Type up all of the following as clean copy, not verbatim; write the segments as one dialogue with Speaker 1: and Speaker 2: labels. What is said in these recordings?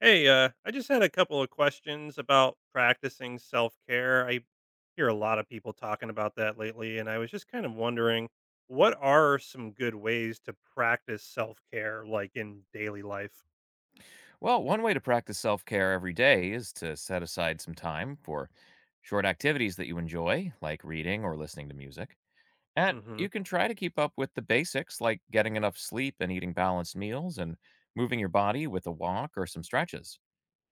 Speaker 1: Hey, I just had a couple of questions about practicing self care. I hear a lot of people talking about that lately, and I was just kind of wondering what are some good ways to practice self care, like in daily life?
Speaker 2: Well, one way to practice self care every day is to set aside some time for short activities that you enjoy, like reading or listening to music. And
Speaker 1: Mm-hmm.
Speaker 2: you can try to keep up with the basics, like getting enough sleep and eating balanced meals and moving your body with a walk or some stretches.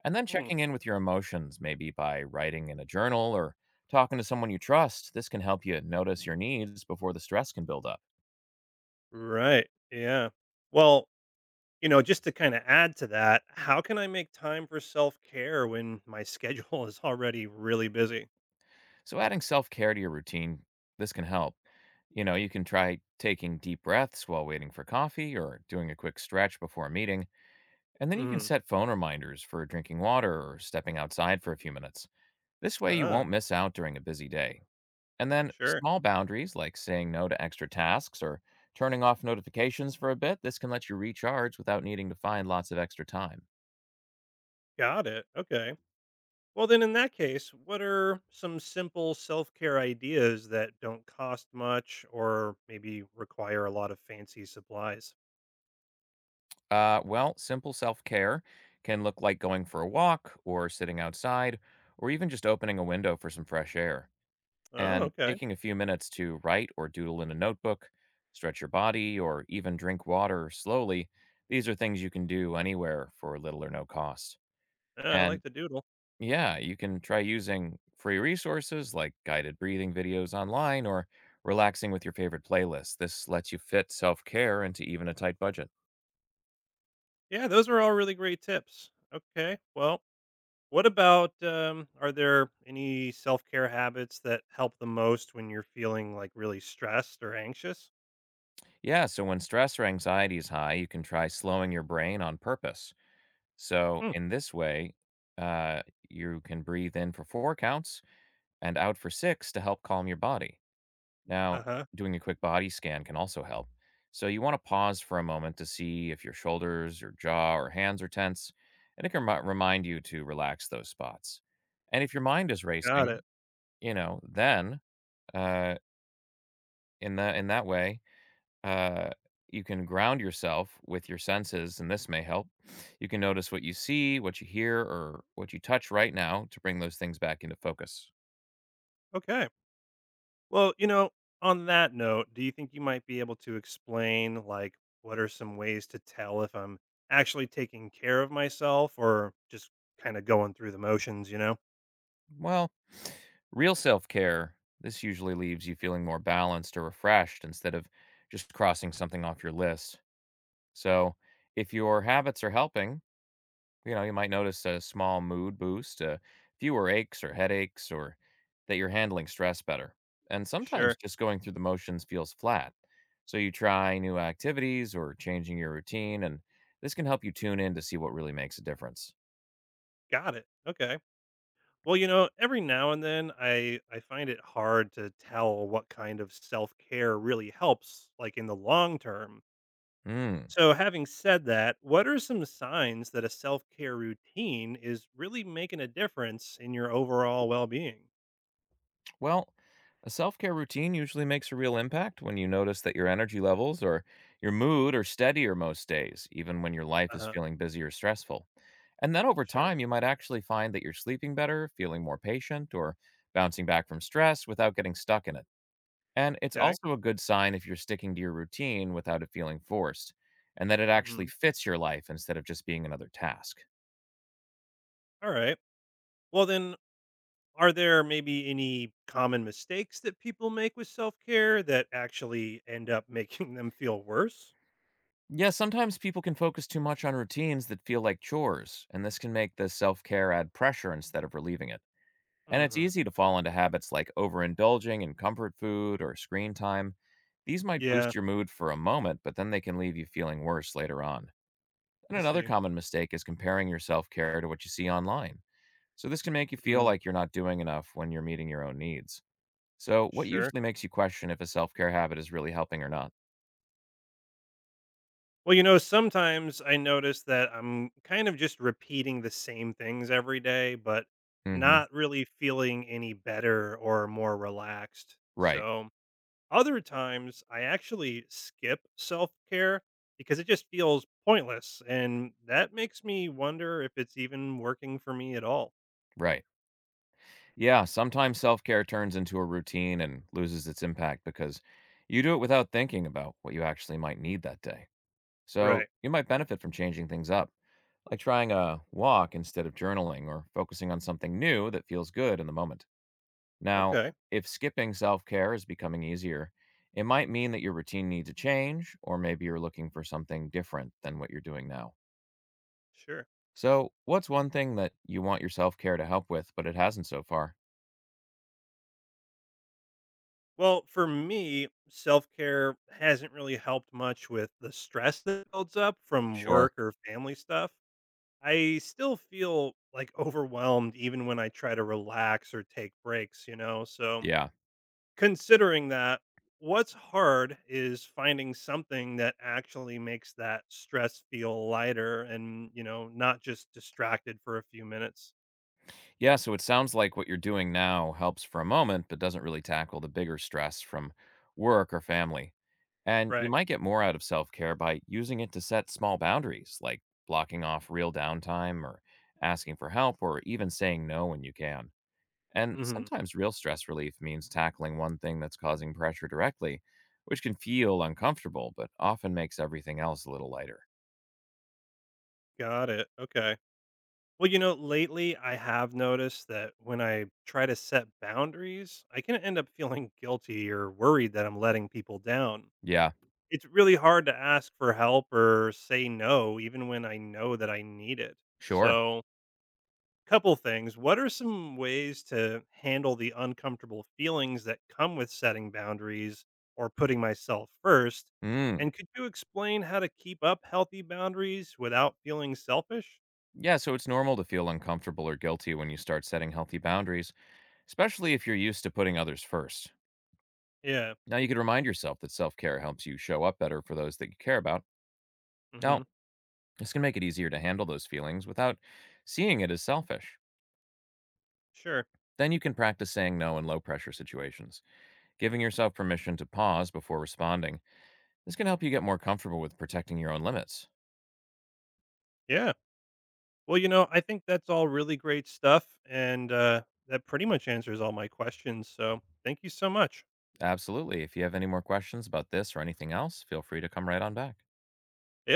Speaker 2: And then
Speaker 1: hmm
Speaker 2: checking in with your emotions, maybe by writing in a journal or talking to someone you trust. This can help you notice your needs before the stress can build up.
Speaker 1: Right. Yeah. Well, just to kind of add to that, how can I make time for self care when my schedule is already really busy?
Speaker 2: So adding self-care to your routine, this can help. You know, you can try taking deep breaths while waiting for coffee or doing a quick stretch before a meeting, and then you can
Speaker 1: Hmm
Speaker 2: set phone reminders for drinking water or stepping outside for a few minutes. This way you
Speaker 1: Ah,
Speaker 2: won't miss out during a busy day. And then
Speaker 1: sure.
Speaker 2: small boundaries like saying no to extra tasks or turning off notifications for a bit, this can let you recharge without needing to find lots of extra time.
Speaker 1: Got it. Okay. Well, then, in that case, what are some simple self care ideas that don't cost much or maybe require a lot of fancy supplies?
Speaker 2: Well, simple self care can look like going for a walk or sitting outside or even just opening a window for some fresh air.
Speaker 1: Oh,
Speaker 2: And
Speaker 1: okay.
Speaker 2: taking a few minutes to write or doodle in a notebook, stretch your body, or even drink water slowly, these are things you can do anywhere for little or no cost.
Speaker 1: Yeah, I
Speaker 2: And
Speaker 1: like the doodle.
Speaker 2: yeah, you can try using free resources like guided breathing videos online or relaxing with your favorite playlist. This lets you fit self care into even a tight budget.
Speaker 1: Yeah, those are all really great tips. Okay. Well, what about are there any self care habits that help the most when you're feeling like really stressed or anxious?
Speaker 2: Yeah, so when stress or anxiety is high, you can try slowing your brain on purpose. So,
Speaker 1: Hmm.
Speaker 2: in this way, uh, you can breathe in for four counts and out for six to help calm your body.
Speaker 1: Uh
Speaker 2: Now,
Speaker 1: huh.
Speaker 2: doing a quick body scan can also help. So, you want to pause for a moment to see if your shoulders, your jaw, or hands are tense, and it can remind you to relax those spots. And if your mind is
Speaker 1: Got
Speaker 2: racing,
Speaker 1: it.
Speaker 2: you know, then uh, in that way, uh, you can ground yourself with your senses, and this may help. You can notice what you see, what you hear, or what you touch right now to bring those things back into focus.
Speaker 1: Okay. Well, you know, on that note, do you think you might be able to explain, like, what are some ways to tell if I'm actually taking care of myself or just kind of going through the motions, you know?
Speaker 2: Well, real self care, this usually leaves you feeling more balanced or refreshed instead of just crossing something off your list. So, if your habits are helping, you know, you might notice a small mood boost, fewer aches or headaches, or that you're handling stress better. And
Speaker 1: Sure.
Speaker 2: sometimes just going through the motions feels flat. So you try new activities or changing your routine, and this can help you tune in to see what really makes a difference.
Speaker 1: Got it. Okay. Well, you know, every now and then I find it hard to tell what kind of self-care really helps like in the long term.
Speaker 2: Mm.
Speaker 1: So, having said that, what are some signs that a self-care routine is really making a difference in your overall well-being?
Speaker 2: Well, a self care routine usually makes a real impact when you notice that your energy levels or your mood are steadier most days, even when your life is
Speaker 1: Uh-huh.
Speaker 2: feeling busy or stressful. And then over
Speaker 1: Sure.
Speaker 2: time, you might actually find that you're sleeping better, feeling more patient, or bouncing back from stress without getting stuck in it. And it's
Speaker 1: Okay.
Speaker 2: also a good sign if you're sticking to your routine without it feeling forced, and that it actually
Speaker 1: Mhm.
Speaker 2: fits your life instead of just being another task.
Speaker 1: All right. Well, then, are there maybe any common mistakes that people make with self care that actually end up making them feel worse?
Speaker 2: Yeah, sometimes people can focus too much on routines that feel like chores, and this can make the self care add pressure instead of relieving it. And it's
Speaker 1: Hmm
Speaker 2: easy to fall into habits like overindulging in comfort food or screen time. These might
Speaker 1: Yeah,
Speaker 2: boost your mood for a moment, but then they can leave you feeling worse later on. And
Speaker 1: I
Speaker 2: another
Speaker 1: see.
Speaker 2: common mistake is comparing your self care to what you see online. So this can make you feel
Speaker 1: Mm,
Speaker 2: like you're not doing enough when you're meeting your own needs. So, what
Speaker 1: sure.
Speaker 2: usually makes you question if a self care habit is really helping or not?
Speaker 1: Well, you know, sometimes I notice that I'm kind of just repeating the same things every day, but
Speaker 2: Hmm.
Speaker 1: not really feeling any better or more relaxed.
Speaker 2: Right,
Speaker 1: So other times, I actually skip self care because it just feels pointless. And that makes me wonder if it's even working for me at all.
Speaker 2: right. Yeah, sometimes self care turns into a routine and loses its impact because you do it without thinking about what you actually might need that day. So
Speaker 1: Right.
Speaker 2: you might benefit from changing things up, like trying a walk instead of journaling or focusing on something new that feels good in the moment. Now,
Speaker 1: Okay.
Speaker 2: if skipping self care is becoming easier, it might mean that your routine needs a change, or maybe you're looking for something different than what you're doing now.
Speaker 1: Sure.
Speaker 2: So, what's one thing that you want your self care to help with, but it hasn't so far?
Speaker 1: Well, for me, self care hasn't really helped much with the stress that builds up from
Speaker 2: Sure.
Speaker 1: work or family stuff. I still feel like overwhelmed even when I try to relax or take breaks, you know? So,
Speaker 2: Yeah.
Speaker 1: considering that, what's hard is finding something that actually makes that stress feel lighter and, you know, not just distracted for a few minutes.
Speaker 2: Yeah, so it sounds like what you're doing now helps for a moment, but doesn't really tackle the bigger stress from work or family. And you
Speaker 1: Right.
Speaker 2: might get more out of self care by using it to set small boundaries, like blocking off real downtime or asking for help or even saying no when you can. And
Speaker 1: Mhm.
Speaker 2: sometimes real stress relief means tackling one thing that's causing pressure directly, which can feel uncomfortable, but often makes everything else a little lighter.
Speaker 1: Got it. Okay. Well, you know, lately I have noticed that when I try to set boundaries, I can end up feeling guilty or worried that I'm letting people down.
Speaker 2: Yeah,
Speaker 1: It's really hard to ask for help or say no, even when I know that I need it.
Speaker 2: sure.
Speaker 1: So, couple things. What are some ways to handle the uncomfortable feelings that come with setting boundaries or putting myself first?
Speaker 2: Mm.
Speaker 1: And could you explain how to keep up healthy boundaries without feeling selfish?
Speaker 2: Yeah, so it's normal to feel uncomfortable or guilty when you start setting healthy boundaries, especially if you're used to putting others first.
Speaker 1: Yeah.
Speaker 2: Now, you can remind yourself that self care helps you show up better for those that you care about. Now,
Speaker 1: hmm
Speaker 2: this can make it easier to handle those feelings without seeing it as selfish.
Speaker 1: Sure.
Speaker 2: Then you can practice saying no in low pressure situations, giving yourself permission to pause before responding. This can help you get more comfortable with protecting your own limits.
Speaker 1: Yeah. Well, you know, I think that's all really great stuff. And that pretty much answers all my questions. So thank you so much.
Speaker 2: Absolutely. If you have any more questions about this or anything else, feel free to come right on back.
Speaker 1: Yeah.